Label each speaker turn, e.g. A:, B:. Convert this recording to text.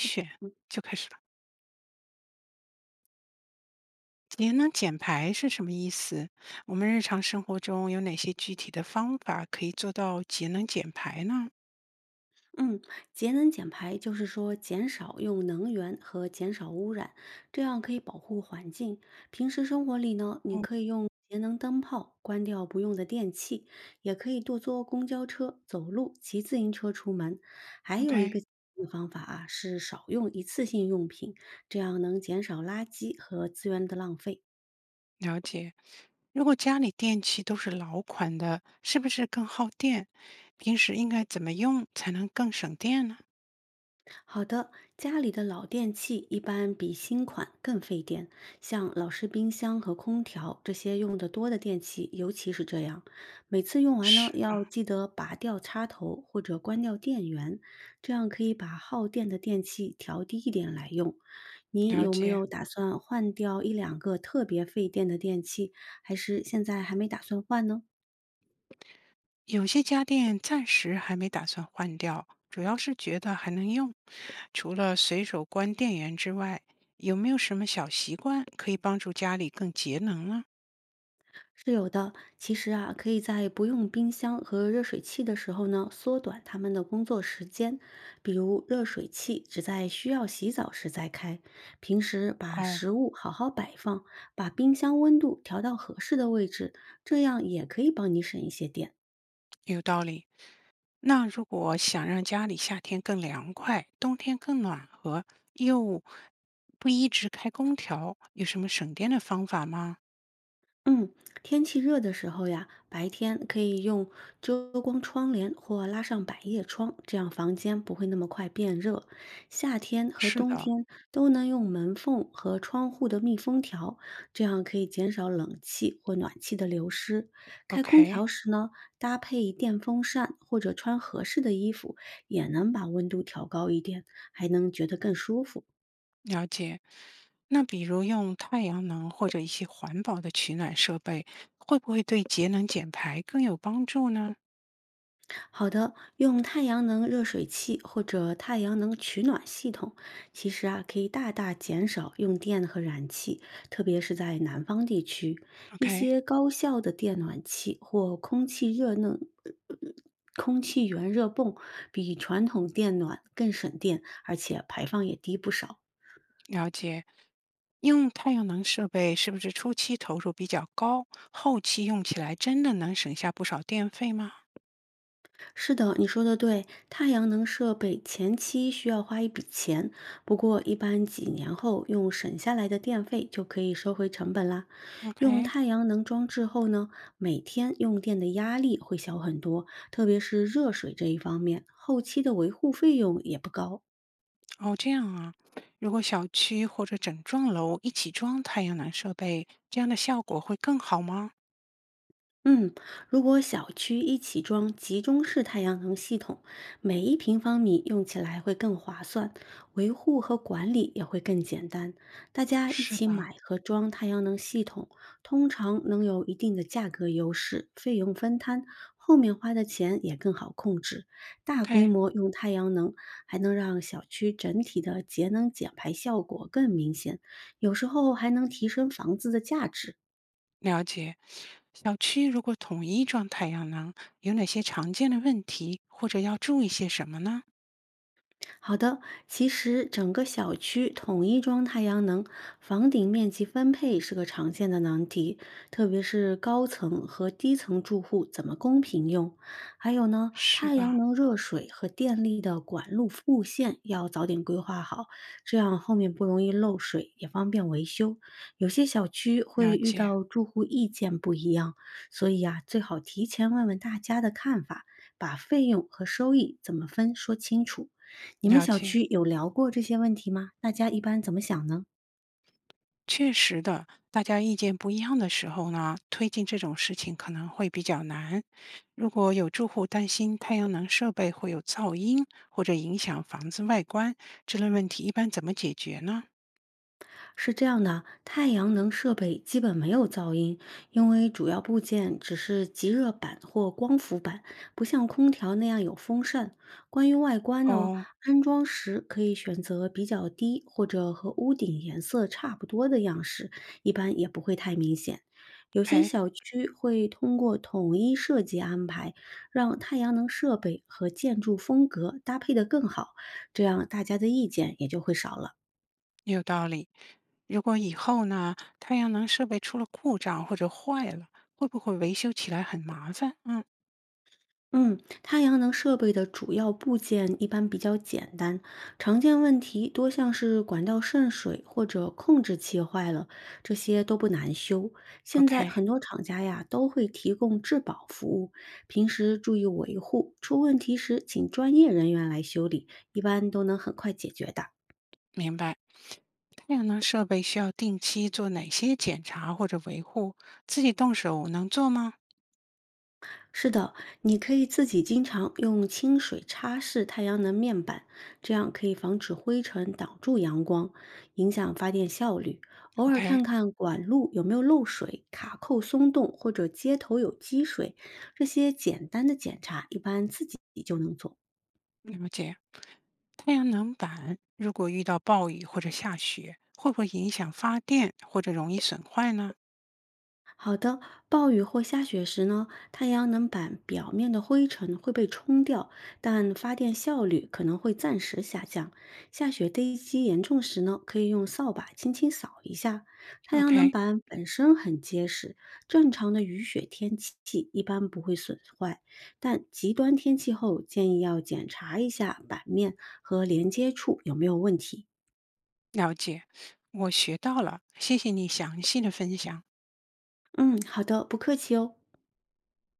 A: 选就开始了。节能减排是什么意思？我们日常生活中有哪些具体的方法可以做到节能减排呢？
B: 嗯，节能减排就是说减少用能源和减少污染，这样可以保护环境。平时生活里呢，你
A: 哦
B: 可以用节能灯泡关掉不用的电器，也可以多坐公交车、走路、骑自行车出门。还有一
A: ，OK，
B: 个方法啊，是少用一次性用品，这样能减少垃圾和资源的浪费。
A: 了解。如果家里电器都是老款的，是不是更耗电？平时应该怎么用才能更省电呢？
B: 好的，家里的老电器一般比新款更费电，像老式冰箱和空调这些用得多的电器，尤其是这样。每次用完呢，
A: 是
B: 要
A: 吧？
B: 记得拔掉插头或者关掉电源，这样可以把耗电的电器调低一点来用。你
A: 了
B: 有没
A: 解。
B: 有打算换掉一两个特别费电的电器，还是现在还没打算换呢？
A: 有些家电暂时还没打算换掉，主要是觉得还能用。除了随手关电源之外，有没有什么小习惯可以帮助家里更节能呢？
B: 是有的，其实啊，可以在不用冰箱和热水器的时候呢，缩短他们的工作时间。比如热水器只在需要洗澡时再开，平时把
A: 哦，
B: 食物好好摆放，把冰箱温度调到合适的位置，这样也可以帮你省一些电。
A: 有道理。那如果想让家里夏天更凉快，冬天更暖和，又不一直开空调，有什么省电的方法吗？
B: 嗯，天气热的时候呀，白天可以用遮光窗帘或拉上百叶窗，这样房间不会那么快变热。夏天和
A: 是
B: 冬
A: 的
B: 天都能用门缝和窗户的密封条，这样可以减少冷气或暖气的流失。开空
A: ，OK，
B: 调时呢，搭配电风扇或者穿合适的衣服，也能把温度调高一点，还能觉得更舒服。
A: 了解。那比如用太阳能或者一些环保的取暖设备，会不会对节能减排更有帮助呢
B: 好的，用太阳能热水器或者太阳能取暖系统，其实啊可以大大减少用电和燃气，特别是在南方地区，一
A: ？OK，
B: 些高效的电暖器或空气热能、呃空气源热泵比传统电暖更省电，而且排放也低不少。
A: 了解。用太阳能设备是不是初期投入比较高，后期用起来真的能省下不少电费吗
B: 是的，你说的对。太阳能设备前期需要花一笔钱，不过一般几年后用省下来的电费就可以收回成本啦。用
A: ？OK，
B: 太阳能装置后呢，每天用电的压力会小很多，特别是热水这一方面，后期的维护费用也不高。
A: 哦，这样啊。如果小区或者整幢楼一起装太阳能设备，这样的效果会更好吗？
B: 嗯，如果小区一起装集中式太阳能系统，每一平方米用起来会更划算，维护和管理也会更简单。大家一
A: 是
B: 起
A: 吧
B: 买和装太阳能系统，通常能有一定的价格优势，费用分摊，后面花的钱也更好控制。大规
A: ？OK，
B: 模用太阳能，还能让小区整体的节能减排效果更明显，有时候还能提升房子的价值。
A: 了解。小区如果统一装太阳能，有哪些常见的问题，或者要注意些什么呢？
B: 好的，其实整个小区统一装太阳能，房顶面积分配是个常见的难题，特别是高层和低层住户怎么公平用。还有呢，
A: 是
B: 太阳
A: 吧？
B: 能热水和电力的管路布线要早点规划好，这样后面不容易漏水，也方便维修。有些小区会
A: 了
B: 遇
A: 解，
B: 到住户意见不一样，所以啊，最好提前问问大家的看法，把费用和收益怎么分说清楚。你们
A: 了
B: 小
A: 解。
B: 区有聊过这些问题吗？大家一般怎么想呢？
A: 确实的，大家意见不一样的时候呢，推进这种事情可能会比较难。如果有住户担心太阳能设备会有噪音或者影响房子外观，这类问题一般怎么解决呢？
B: 是这样的，太阳能设备基本没有噪音，因为主要部件只是极热板或光伏板，不像空调那样有风扇。关于外观呢，安装时可以选择比较低或者和屋顶颜色差不多的样式，一般也不会太明显。
A: o
B: 有些
A: k
B: 小区会通过统一设计安排，让太阳能设备和建筑风格搭配得更好，这样大家的意见也就会少了。
A: 有道理。如果以后呢，太阳能设备出了故障或者坏了，会不会维修起来很麻烦？嗯
B: 嗯，太阳能设备的主要部件一般比较简单，常见问题多像是管道渗水或者控制器坏了，这些都不难修。现在
A: ，OK，
B: 很多厂家呀都会提供质保服务，平时注意维护，出问题时请专业人员来修理，一般都能很快解决的。
A: 明白。太阳能设备需要定期做哪些检查或者维护？自己动手能做吗？
B: 是的，你可以自己经常用清水擦拭太阳能面板，这样可以防止灰尘挡住阳光，影响发电效率。偶尔
A: OK，
B: 看看管路有没有漏水、卡扣松动或者接头有积水，这些简单的检查一般自己就能做。
A: 了解。太阳能板如果遇到暴雨或者下雪，会不会影响发电或者容易损坏呢
B: 好的，暴雨或下雪时呢，太阳能板表面的灰尘会被冲掉，但发电效率可能会暂时下降。下雪堆积严重时呢，可以用扫把轻轻扫一下。太阳能
A: ？OK，
B: 板本身很结实，正常的雨雪天气一般不会损坏，但极端天气后建议要检查一下板面和连接处有没有问题。
A: 了解，我学到了，谢谢你详细的分享。
B: 嗯，好的，不客气哦。